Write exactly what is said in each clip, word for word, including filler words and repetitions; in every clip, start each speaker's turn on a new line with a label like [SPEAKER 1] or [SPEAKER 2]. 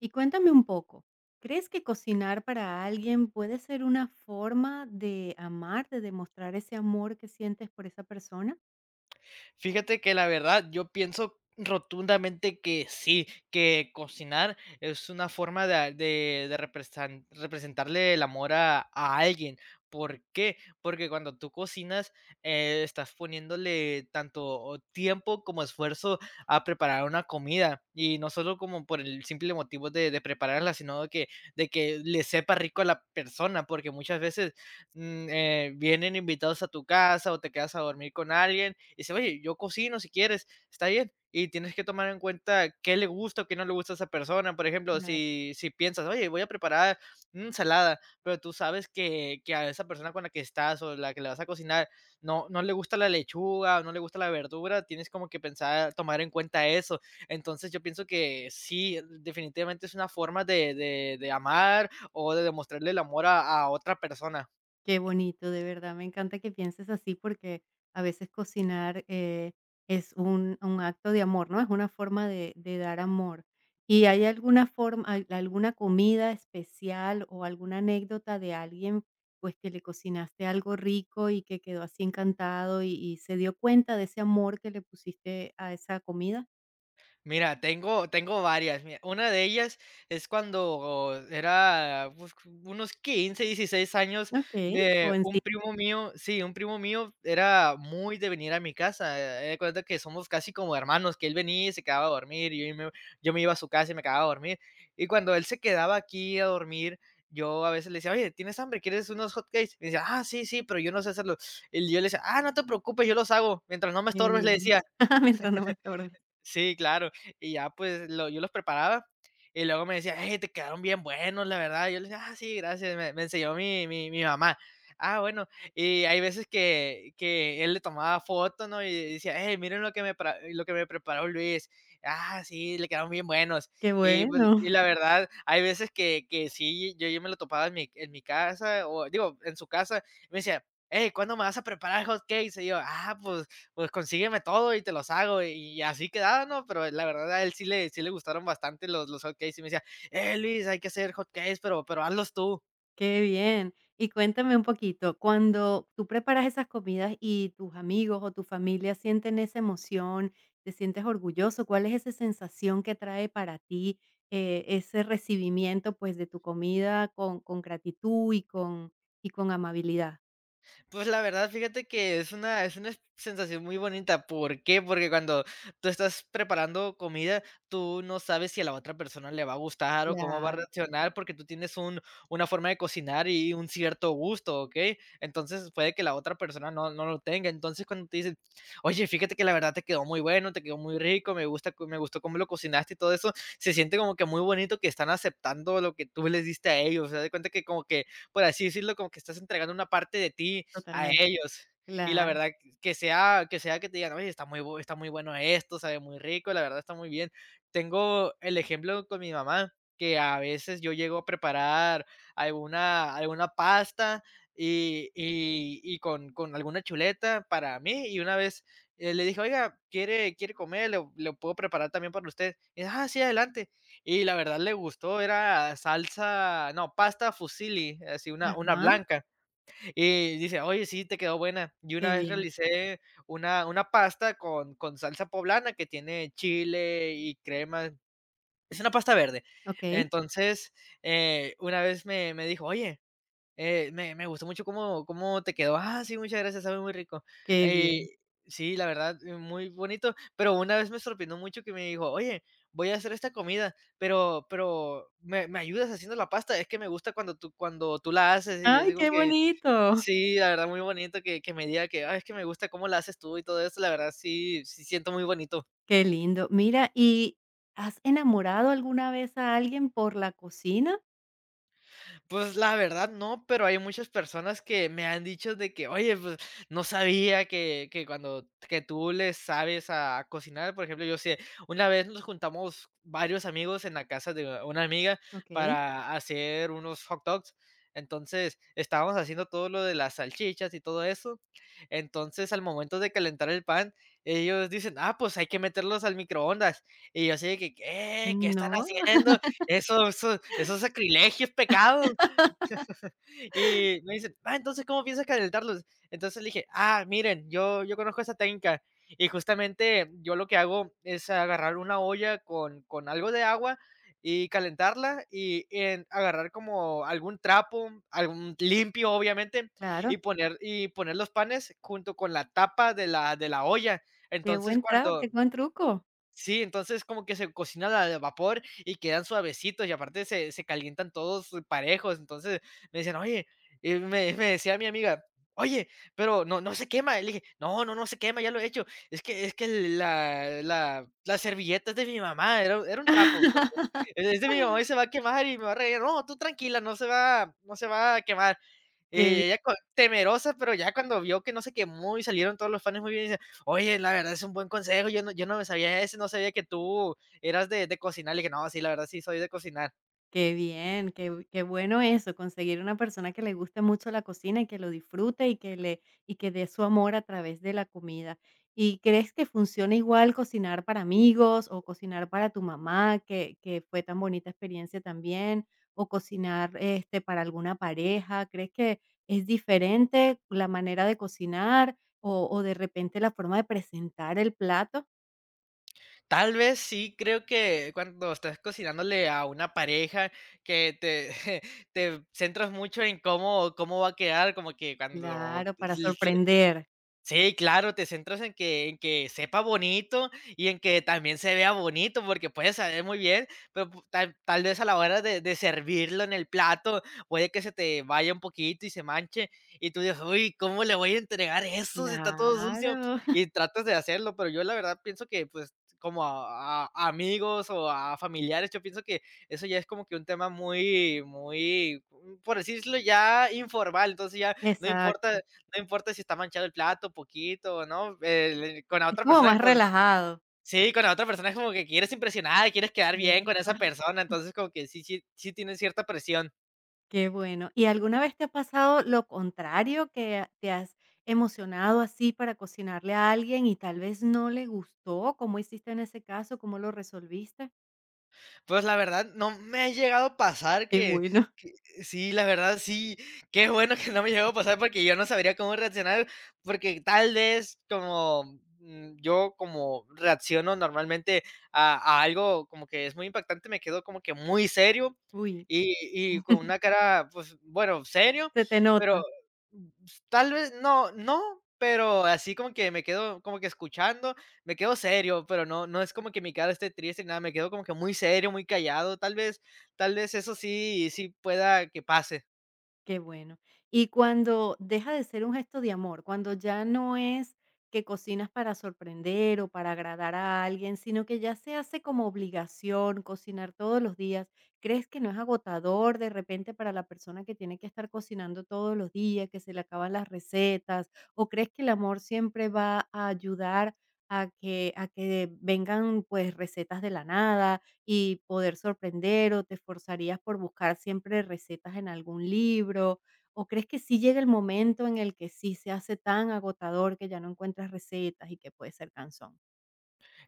[SPEAKER 1] Y cuéntame un poco, ¿crees que cocinar para alguien puede ser una forma de amar, de demostrar ese amor que sientes por esa persona?
[SPEAKER 2] Fíjate que la verdad, yo pienso rotundamente que sí, que cocinar es una forma de de de represan representarle el amor a a alguien. ¿Por qué? Porque cuando tú cocinas, eh, estás poniéndole tanto tiempo como esfuerzo a preparar una comida, y no solo como por el simple motivo de de prepararla, sino de que de que le sepa rico a la persona, porque muchas veces mm, eh, vienen invitados a tu casa o te quedas a dormir con alguien y dice: "Oye, yo cocino si quieres, está bien". Y tienes que tomar en cuenta qué le gusta o qué no le gusta a esa persona. Por ejemplo, si, si piensas: "Oye, voy a preparar una ensalada", pero tú sabes que, que a esa persona con la que estás o la que le vas a cocinar no, no le gusta la lechuga o no le gusta la verdura, tienes como que pensar, tomar en cuenta eso. Entonces yo pienso que sí, definitivamente es una forma de, de- de amar o de demostrarle el amor a a otra persona.
[SPEAKER 1] Qué bonito, de verdad, me encanta que pienses así porque a veces cocinar eh, es un, un acto de amor, ¿no? Es una forma de, de dar amor. ¿Y hay alguna forma, al- alguna comida especial o alguna anécdota de alguien, pues que le cocinaste algo rico y que quedó así encantado y, y se dio cuenta de ese amor que le pusiste a esa comida?
[SPEAKER 2] Mira, tengo, tengo varias. Mira, una de ellas es cuando era, pues, unos quince dieciséis años.
[SPEAKER 1] Ok.
[SPEAKER 2] me,
[SPEAKER 1] O
[SPEAKER 2] un
[SPEAKER 1] sí,
[SPEAKER 2] primo mío, sí, un primo mío era muy de venir a mi casa. eh, de cuenta que somos casi como hermanos, que él venía y se quedaba a dormir, y yo me, yo me iba a su casa y me quedaba a dormir. Y cuando él se quedaba aquí a dormir, yo a veces le decía: "Oye, ¿tienes hambre? ¿Quieres unos hotcakes?". Y me decía: "Ah, sí, sí, pero yo no sé hacerlo". Y yo le decía: "Ah, no te preocupes, yo los hago. Mientras no me
[SPEAKER 1] qué
[SPEAKER 2] estorbes", le
[SPEAKER 1] bien.
[SPEAKER 2] decía.
[SPEAKER 1] Mientras no me estorbes.
[SPEAKER 2] Sí, claro. Y ya, pues, lo yo los preparaba, y luego me decía: "Hey, te quedaron bien buenos, la verdad". Yo le decía: "Ah, sí, gracias, me me enseñó mi mi mi mamá". Ah, bueno, y hay veces que que él le tomaba fotos, ¿no? Y decía: "Hey, miren lo que me pra lo que me preparó Luis. Ah, sí, le quedaron bien buenos".
[SPEAKER 1] Qué
[SPEAKER 2] Y, pues, y
[SPEAKER 1] bueno.
[SPEAKER 2] la verdad, hay veces que que sí, yo yo me lo topaba en mi en mi casa, o digo, en su casa, y me decía: "Hey, ¿cuándo me vas a preparar hot cakes?". Y yo: "Ah, pues, pues consígueme todo y te los hago". Y así quedaba, ¿no? Pero la verdad a él sí le, sí le gustaron bastante los, los hotcakes y me decía: eh, "Luis, hay que hacer hotcakes, pero, pero hazlos tú".
[SPEAKER 1] Qué bien. Y cuéntame un poquito, cuando tú preparas esas comidas y tus amigos o tu familia sienten esa emoción, te sientes orgulloso, ¿cuál es esa sensación que trae para ti eh, ese recibimiento pues de tu comida con, con gratitud y con, y con amabilidad?
[SPEAKER 2] Pues la verdad, fíjate que es una es una sensación muy bonita. ¿Por qué? Porque cuando tú estás preparando comida, tú no sabes si a la otra persona le va a gustar o cómo va a
[SPEAKER 1] Claro,
[SPEAKER 2] reaccionar, porque tú tienes un una forma de cocinar y un cierto gusto, ¿ok? Entonces, puede que la otra persona no no lo tenga. Entonces, cuando te dicen: "Oye, fíjate que la verdad te quedó muy bueno, te quedó muy rico, me gusta co me gustó cómo lo cocinaste y todo eso", se siente como que muy bonito que están aceptando lo que tú les diste a ellos. O sea, de cuenta que como que, por así decirlo, como que estás entregando una parte de ti a
[SPEAKER 1] totalmente.
[SPEAKER 2] ellos. Y la
[SPEAKER 1] Claro.
[SPEAKER 2] verdad que sea que sea que te digan: "Oye, está muy bu está muy bueno esto, sabe muy rico, la verdad está muy bien". Tengo el ejemplo con mi mamá, que a veces yo llego a preparar alguna alguna pasta y y y con con alguna chuleta para mí, y una vez, eh, le dije: "Oiga, ¿quiere quiere comer? ¿Le le puedo preparar también para usted?". Y: "Ah, sí, adelante". Y la verdad le gustó. Era salsa no, pasta fusilli, así una una
[SPEAKER 1] Ajá,
[SPEAKER 2] blanca. Y dice: "Oye, sí, te quedó buena". Y una
[SPEAKER 1] qué
[SPEAKER 2] vez
[SPEAKER 1] bien.
[SPEAKER 2] realicé una una pasta con con salsa poblana que tiene chile y crema. Es una pasta verde.
[SPEAKER 1] Ok,
[SPEAKER 2] Entonces, eh, una vez me me dijo: "Oye, eh, me me gustó mucho cómo cómo te quedó". "Ah, sí, muchas gracias, sabe muy rico".
[SPEAKER 1] qué bien.
[SPEAKER 2] Y sí, la verdad, eh, muy bonito, pero una vez me sorprendió mucho que me dijo: "Oye, voy a hacer esta comida, pero pero, ¿me me ayudas haciendo la pasta? Es que me gusta cuando tú cuando tú la haces". Y yo
[SPEAKER 1] Ay,
[SPEAKER 2] digo
[SPEAKER 1] qué
[SPEAKER 2] que
[SPEAKER 1] bonito.
[SPEAKER 2] sí, la verdad muy bonito que que me diga que: "Ah, es que me gusta cómo la haces tú", y todo eso. La verdad sí sí siento muy bonito.
[SPEAKER 1] Qué lindo. Mira, ¿y has enamorado alguna vez a alguien por la cocina?
[SPEAKER 2] Pues la verdad no, pero hay muchas personas que me han dicho de que: "Oye, pues no sabía que que cuando que tú les sabes a cocinar". Por ejemplo, yo sé, una vez nos juntamos varios amigos en la casa de una amiga
[SPEAKER 1] ¿Ok?
[SPEAKER 2] para hacer unos hot dogs. Entonces, estábamos haciendo todo lo de las salchichas y todo eso. Entonces, al momento de calentar el pan, ellos dicen: "Ah, pues hay que meterlos al microondas". Y yo así de que: "¿Qué? ¿Qué están
[SPEAKER 1] No,
[SPEAKER 2] haciendo? Eso eso eso es sacrilegio, es pecado". Y me dicen: "Ah, entonces, ¿cómo piensas calentarlos?". Entonces le dije: "Ah, miren, yo yo conozco esa técnica". Y justamente yo lo que hago es agarrar una olla con con algo de agua y calentarla y en agarrar como algún trapo, algún limpio, obviamente, y
[SPEAKER 1] claro,
[SPEAKER 2] poner y poner los panes junto con la tapa de la de la olla.
[SPEAKER 1] qué
[SPEAKER 2] Entonces,
[SPEAKER 1] buen tra qué
[SPEAKER 2] cuando
[SPEAKER 1] buen truco.
[SPEAKER 2] sí, entonces como que se cocinan al vapor y quedan suavecitos y aparte se, se calientan todos parejos. Entonces me dicen: "Oye", y me, me decía mi amiga: "Oye, pero no, no se quema". Le dije: "No, no, no se quema, ya lo he hecho. Es que, es que la, la, la servilleta es de mi mamá, era, era un trapo". Entonces, es es de mi mamá y se va a quemar y me va a reír. No, tú tranquila, no se va, no se va a quemar. Y
[SPEAKER 1] Qué
[SPEAKER 2] ella co- temerosa, pero ya cuando vio que no se quemó y salieron todos los fans muy bien. Oye, la verdad es un buen consejo. Yo no, yo no me sabía ese, no sabía que tú eras de, de cocinar. Le dije: "No, sí, la verdad sí soy de cocinar".
[SPEAKER 1] Qué bien, qué bu qué bueno eso, conseguir una persona que le guste mucho la cocina y que lo disfrute y que le y que dé su amor a través de la comida. ¿Y crees que funciona igual cocinar para amigos o cocinar para tu mamá, que que fue tan bonita experiencia también, o cocinar, este, para alguna pareja? ¿Crees que es diferente la manera de cocinar o o de repente la forma de presentar el plato?
[SPEAKER 2] Tal vez sí, creo que cuando estás cocinándole a una pareja, que te, te centras mucho en cómo, cómo va a quedar, como que cuando
[SPEAKER 1] Claro, para sorprender.
[SPEAKER 2] sí, claro, te centras en que en que sepa bonito y en que también se vea bonito, porque puede saber muy bien, pero pu tal tal vez a la hora de de servirlo en el plato, puede que se te vaya un poquito y se manche, y tú dices: "Uy, ¿cómo le voy a entregar eso si está todo sucio?".
[SPEAKER 1] Claro.
[SPEAKER 2] Y tratas de hacerlo, pero yo la verdad pienso que, pues, como a a a amigos o a familiares, yo pienso que eso ya es como que un tema muy muy, por decirlo ya informal, entonces ya no importa
[SPEAKER 1] Exacto.
[SPEAKER 2] no importa si está manchado el plato poquito, ¿no? El con la
[SPEAKER 1] Es
[SPEAKER 2] otra
[SPEAKER 1] como
[SPEAKER 2] persona,
[SPEAKER 1] más
[SPEAKER 2] pues
[SPEAKER 1] relajado.
[SPEAKER 2] sí, con la otra persona es como que quieres impresionar, quieres quedar
[SPEAKER 1] Y
[SPEAKER 2] bien con esa persona, entonces como que sí sí sí tienes cierta presión.
[SPEAKER 1] Qué bueno. ¿Y alguna vez te ha pasado lo contrario, que te has emocionado así para cocinarle a alguien y tal vez no le gustó? ¿Cómo hiciste en ese caso? ¿Cómo lo resolviste?
[SPEAKER 2] Pues la verdad, no me ha llegado a pasar
[SPEAKER 1] Qué
[SPEAKER 2] que
[SPEAKER 1] bueno.
[SPEAKER 2] que sí, la verdad sí, qué bueno que no me llegó a pasar porque yo no sabría cómo reaccionar, porque tal vez como, mm, yo como reacciono normalmente a a algo como que es muy impactante, me quedo como que muy serio
[SPEAKER 1] Uy,
[SPEAKER 2] y y con una cara, pues, bueno, serio,
[SPEAKER 1] se te
[SPEAKER 2] pero
[SPEAKER 1] nota.
[SPEAKER 2] mm, tal vez no, no, pero así como que me quedo como que escuchando me quedo serio, pero no, no es como que mi cara esté triste ni nada, me quedo como que muy serio, muy callado, tal vez, tal vez eso sí, sí pueda que pase.
[SPEAKER 1] Qué bueno. Y cuando deja de ser un gesto de amor, cuando ya no es que cocinas para sorprender o para agradar a alguien, sino que ya se hace como obligación cocinar todos los días, ¿crees que no es agotador de repente para la persona que tiene que estar cocinando todos los días, que se le acaban las recetas? ¿O crees que el amor siempre va a ayudar a que, a que vengan pues recetas de la nada, y poder sorprender, o te esforzarías por buscar siempre recetas en algún libro, o crees que sí llega el momento en el que sí se hace tan agotador que ya no encuentras recetas y que puede ser cansón?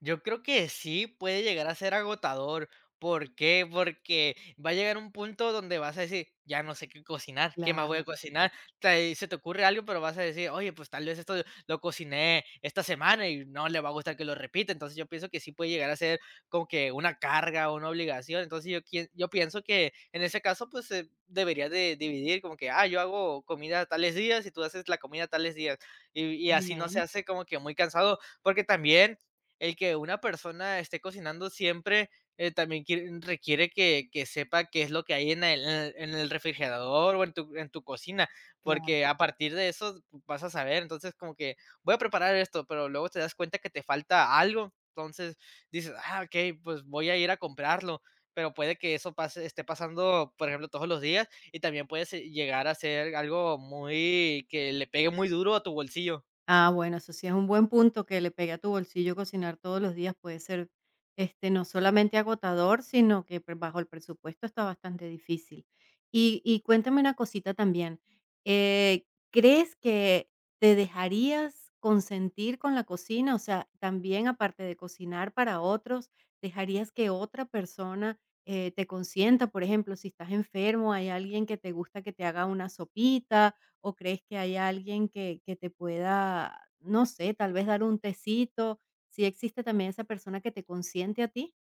[SPEAKER 2] Yo creo que sí puede llegar a ser agotador. ¿Por qué? Porque va a llegar un punto donde vas a decir: "Ya no sé qué cocinar, ¿qué más voy a
[SPEAKER 1] Claro.
[SPEAKER 2] cocinar?". Te- se te ocurre algo, pero vas a decir: "Oye, pues tal vez esto lo cociné esta semana y no le va a gustar que lo repita". Entonces yo pienso que sí puede llegar a ser como que una carga, una obligación. Entonces yo, quien- yo pienso que en ese caso, pues eh, deberías de dividir como que: "Ah, yo hago comida tales días y tú haces la comida tales días". y y así no se
[SPEAKER 1] Bien.
[SPEAKER 2] hace como que muy cansado porque también el que una persona esté cocinando siempre eh, también quiere- requiere que, que sepa qué es lo que hay en el, en el- en el refrigerador o en tu, en tu cocina,
[SPEAKER 1] Claro.
[SPEAKER 2] porque a partir de eso vas a saber, entonces como que voy a preparar esto, pero luego te das cuenta que te falta algo, entonces dices, ah, ok, pues voy a ir a comprarlo. Pero puede que eso pase, esté pasando, por ejemplo, todos los días y también puede ser- llegar a ser algo muy que le pegue muy duro a tu bolsillo.
[SPEAKER 1] Ah, bueno, eso sí es un buen punto. Que le pegue a tu bolsillo cocinar todos los días puede ser, este, no solamente agotador, sino que pues, bajo el presupuesto está bastante difícil. Y, y cuéntame una cosita también. eh, ¿Crees que te dejarías consentir con la cocina? O sea, también aparte de cocinar para otros, ¿dejarías que otra persona eh, te consienta? Por ejemplo, si estás enfermo, hay alguien que te gusta que te haga una sopita o crees que hay alguien que, que te pueda, no sé, tal vez dar un tecito? Si existe también esa persona que te consiente a ti.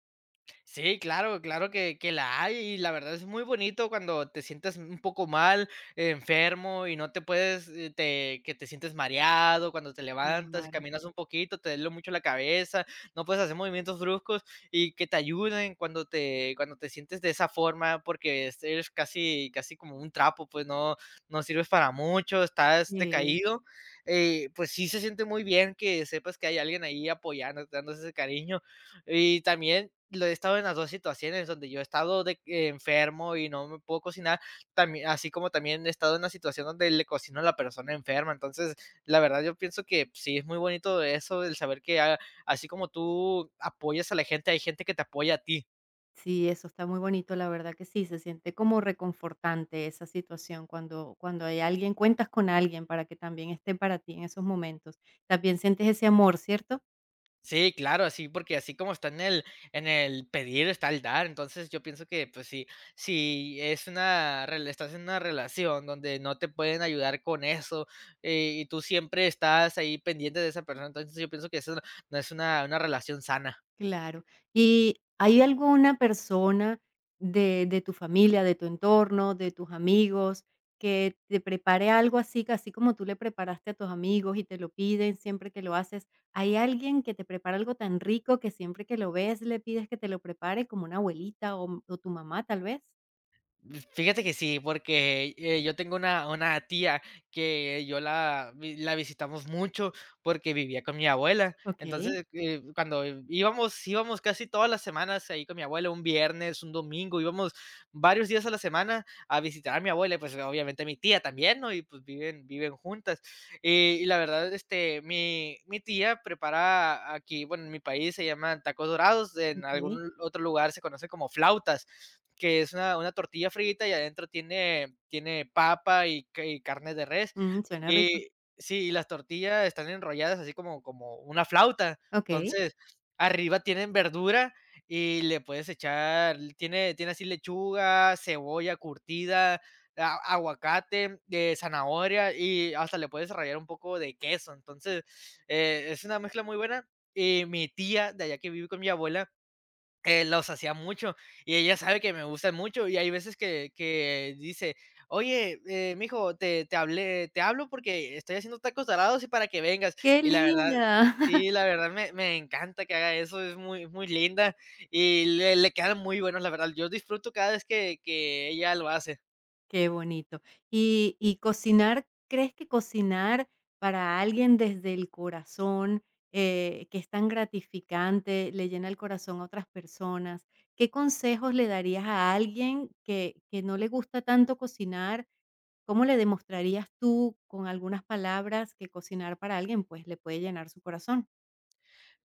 [SPEAKER 2] Sí, claro, claro que, que la hay y la verdad es muy bonito cuando te sientes un poco mal, eh, enfermo y no te puedes, eh, te, que te sientes mareado, cuando te levantas y
[SPEAKER 1] Claro.
[SPEAKER 2] caminas un poquito, te duele mucho la cabeza, no puedes hacer movimientos bruscos y que te ayuden cuando te, cuando te sientes de esa forma porque es- eres casi, casi como un trapo, pues no, no sirves para mucho, estás
[SPEAKER 1] Sí,
[SPEAKER 2] decaído. Eh, pues sí se siente muy bien que sepas que hay alguien ahí apoyando, dándote ese cariño y también lo he estado en las dos situaciones donde yo he estado de, eh, enfermo y no me puedo cocinar, también, así como también he estado en una situación donde le cocino a la persona enferma. Entonces, la verdad yo pienso que sí es muy bonito eso, el saber que ah, así como tú apoyas a la gente, hay gente que te apoya a ti.
[SPEAKER 1] sí, eso está muy bonito, la verdad que sí, se siente como reconfortante esa situación cuando, cuando hay alguien, cuentas con alguien para que también esté para ti en esos momentos. También sientes ese amor, ¿cierto?
[SPEAKER 2] Sí, claro, así porque así como está en el en el pedir, está el dar. Entonces, yo pienso que, pues, sí, si es una rela estás en una relación donde no te pueden ayudar con eso, eh, y tú siempre estás ahí pendiente de esa persona, entonces yo pienso que eso no es una una relación sana.
[SPEAKER 1] Claro. ¿Y hay alguna persona de de tu familia, de tu entorno, de tus amigos, que te prepare algo así, así como tú le preparaste a tus amigos y te lo piden siempre que lo haces? ¿Hay alguien que te prepara algo tan rico que siempre que lo ves le pides que te lo prepare, como una abuelita o o tu mamá, tal vez?
[SPEAKER 2] Fíjate que sí, porque, eh, yo tengo una una tía que yo la vi la visitamos mucho porque vivía con mi abuela.
[SPEAKER 1] Okey,
[SPEAKER 2] Entonces, eh, cuando íbamos íbamos casi todas las semanas ahí con mi abuela, un viernes, un domingo, íbamos varios días a la semana a visitar a mi abuela y, pues, obviamente a mi tía también, ¿no? Y, pues, viven viven juntas. Y, y la verdad, este, mi, mi tía prepara aquí, bueno, en mi país se llaman tacos dorados, en
[SPEAKER 1] okey.
[SPEAKER 2] algún otro lugar se conoce como flautas, que es una, una tortilla frita y adentro tiene, tiene papa y, ca- y carne de res.
[SPEAKER 1] Mm, suena rico.
[SPEAKER 2] Y sí, y las tortillas están enrolladas así como, como una flauta.
[SPEAKER 1] Okey.
[SPEAKER 2] Entonces, arriba tienen verdura y le puedes echar, tiene, tiene así lechuga, cebolla curtida, a- aguacate, eh, zanahoria y hasta le puedes rallar un poco de queso. Entonces, eh, es una mezcla muy buena. Y mi tía, de allá que vive con mi abuela, eh, los hacía mucho y ella sabe que me gustan mucho y hay veces que, que dice, oye, eh, mijo, te, te, hablé, te hablo porque estoy haciendo tacos dorados y para que vengas.
[SPEAKER 1] ¡Qué
[SPEAKER 2] Y la verdad...
[SPEAKER 1] linda!
[SPEAKER 2] Sí, la verdad me, me encanta que haga eso, es muy, muy linda y le, le quedan muy buenos, la verdad. Yo disfruto cada vez que, que ella lo hace.
[SPEAKER 1] Qué bonito. Y y cocinar, ¿crees que cocinar para alguien desde el corazón, eh, que es tan gratificante, le llena el corazón a otras personas? ¿Qué consejos le darías a alguien que que no le gusta tanto cocinar? ¿Cómo le demostrarías tú con algunas palabras que cocinar para alguien, pues, le puede llenar su corazón?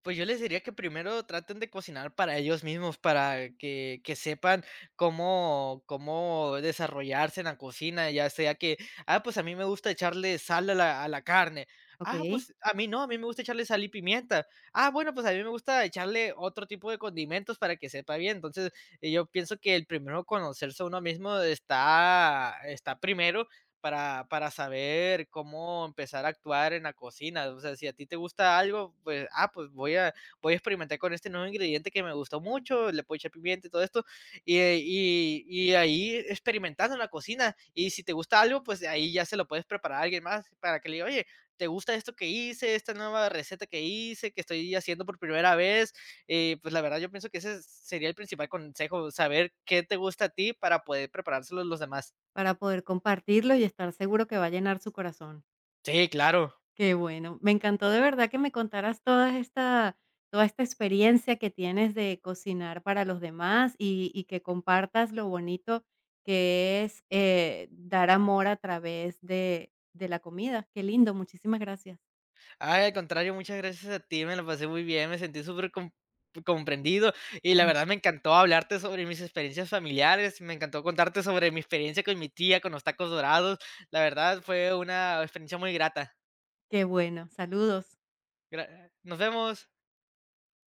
[SPEAKER 2] Pues yo les diría que primero traten de cocinar para ellos mismos, para que que sepan cómo cómo desarrollarse en la cocina, ya sea que, ah, pues a mí me gusta echarle sal a la a la carne. Ah,
[SPEAKER 1] Okey.
[SPEAKER 2] pues a mí no, a mí me gusta echarle sal y pimienta. Ah, bueno, pues a mí me gusta echarle otro tipo de condimentos para que sepa bien. Entonces, eh, yo pienso que el primero conocerse a uno mismo está está primero para para saber cómo empezar a actuar en la cocina. O sea, si a ti te gusta algo, pues, ah, pues voy a voy a experimentar con este nuevo ingrediente que me gustó mucho, le puedo echar pimienta y todo esto, y, eh, y y ahí experimentando en la cocina. Y si te gusta algo, pues ahí ya se lo puedes preparar a alguien más para que le diga: "Oye, ¿te gusta esto que hice, esta nueva receta que hice, que estoy haciendo por primera vez?". Eh, pues la verdad yo pienso que ese sería el principal consejo, saber qué te gusta a ti para poder preparárselo a los demás.
[SPEAKER 1] Para poder compartirlo y estar seguro que va a llenar su corazón.
[SPEAKER 2] Sí, claro.
[SPEAKER 1] Qué bueno. Me encantó de verdad que me contaras toda esta, toda esta experiencia que tienes de cocinar para los demás y, y que compartas lo bonito que es eh, dar amor a través de, de la comida. Qué lindo, muchísimas gracias.
[SPEAKER 2] Ay, al contrario, muchas gracias a ti, me la pasé muy bien, me sentí súper com- comprendido y la
[SPEAKER 1] Mm.
[SPEAKER 2] verdad me encantó hablarte sobre mis experiencias familiares, me encantó contarte sobre mi experiencia con mi tía, con los tacos dorados, la verdad fue una experiencia muy grata.
[SPEAKER 1] Qué bueno. Saludos.
[SPEAKER 2] Gra- Nos vemos.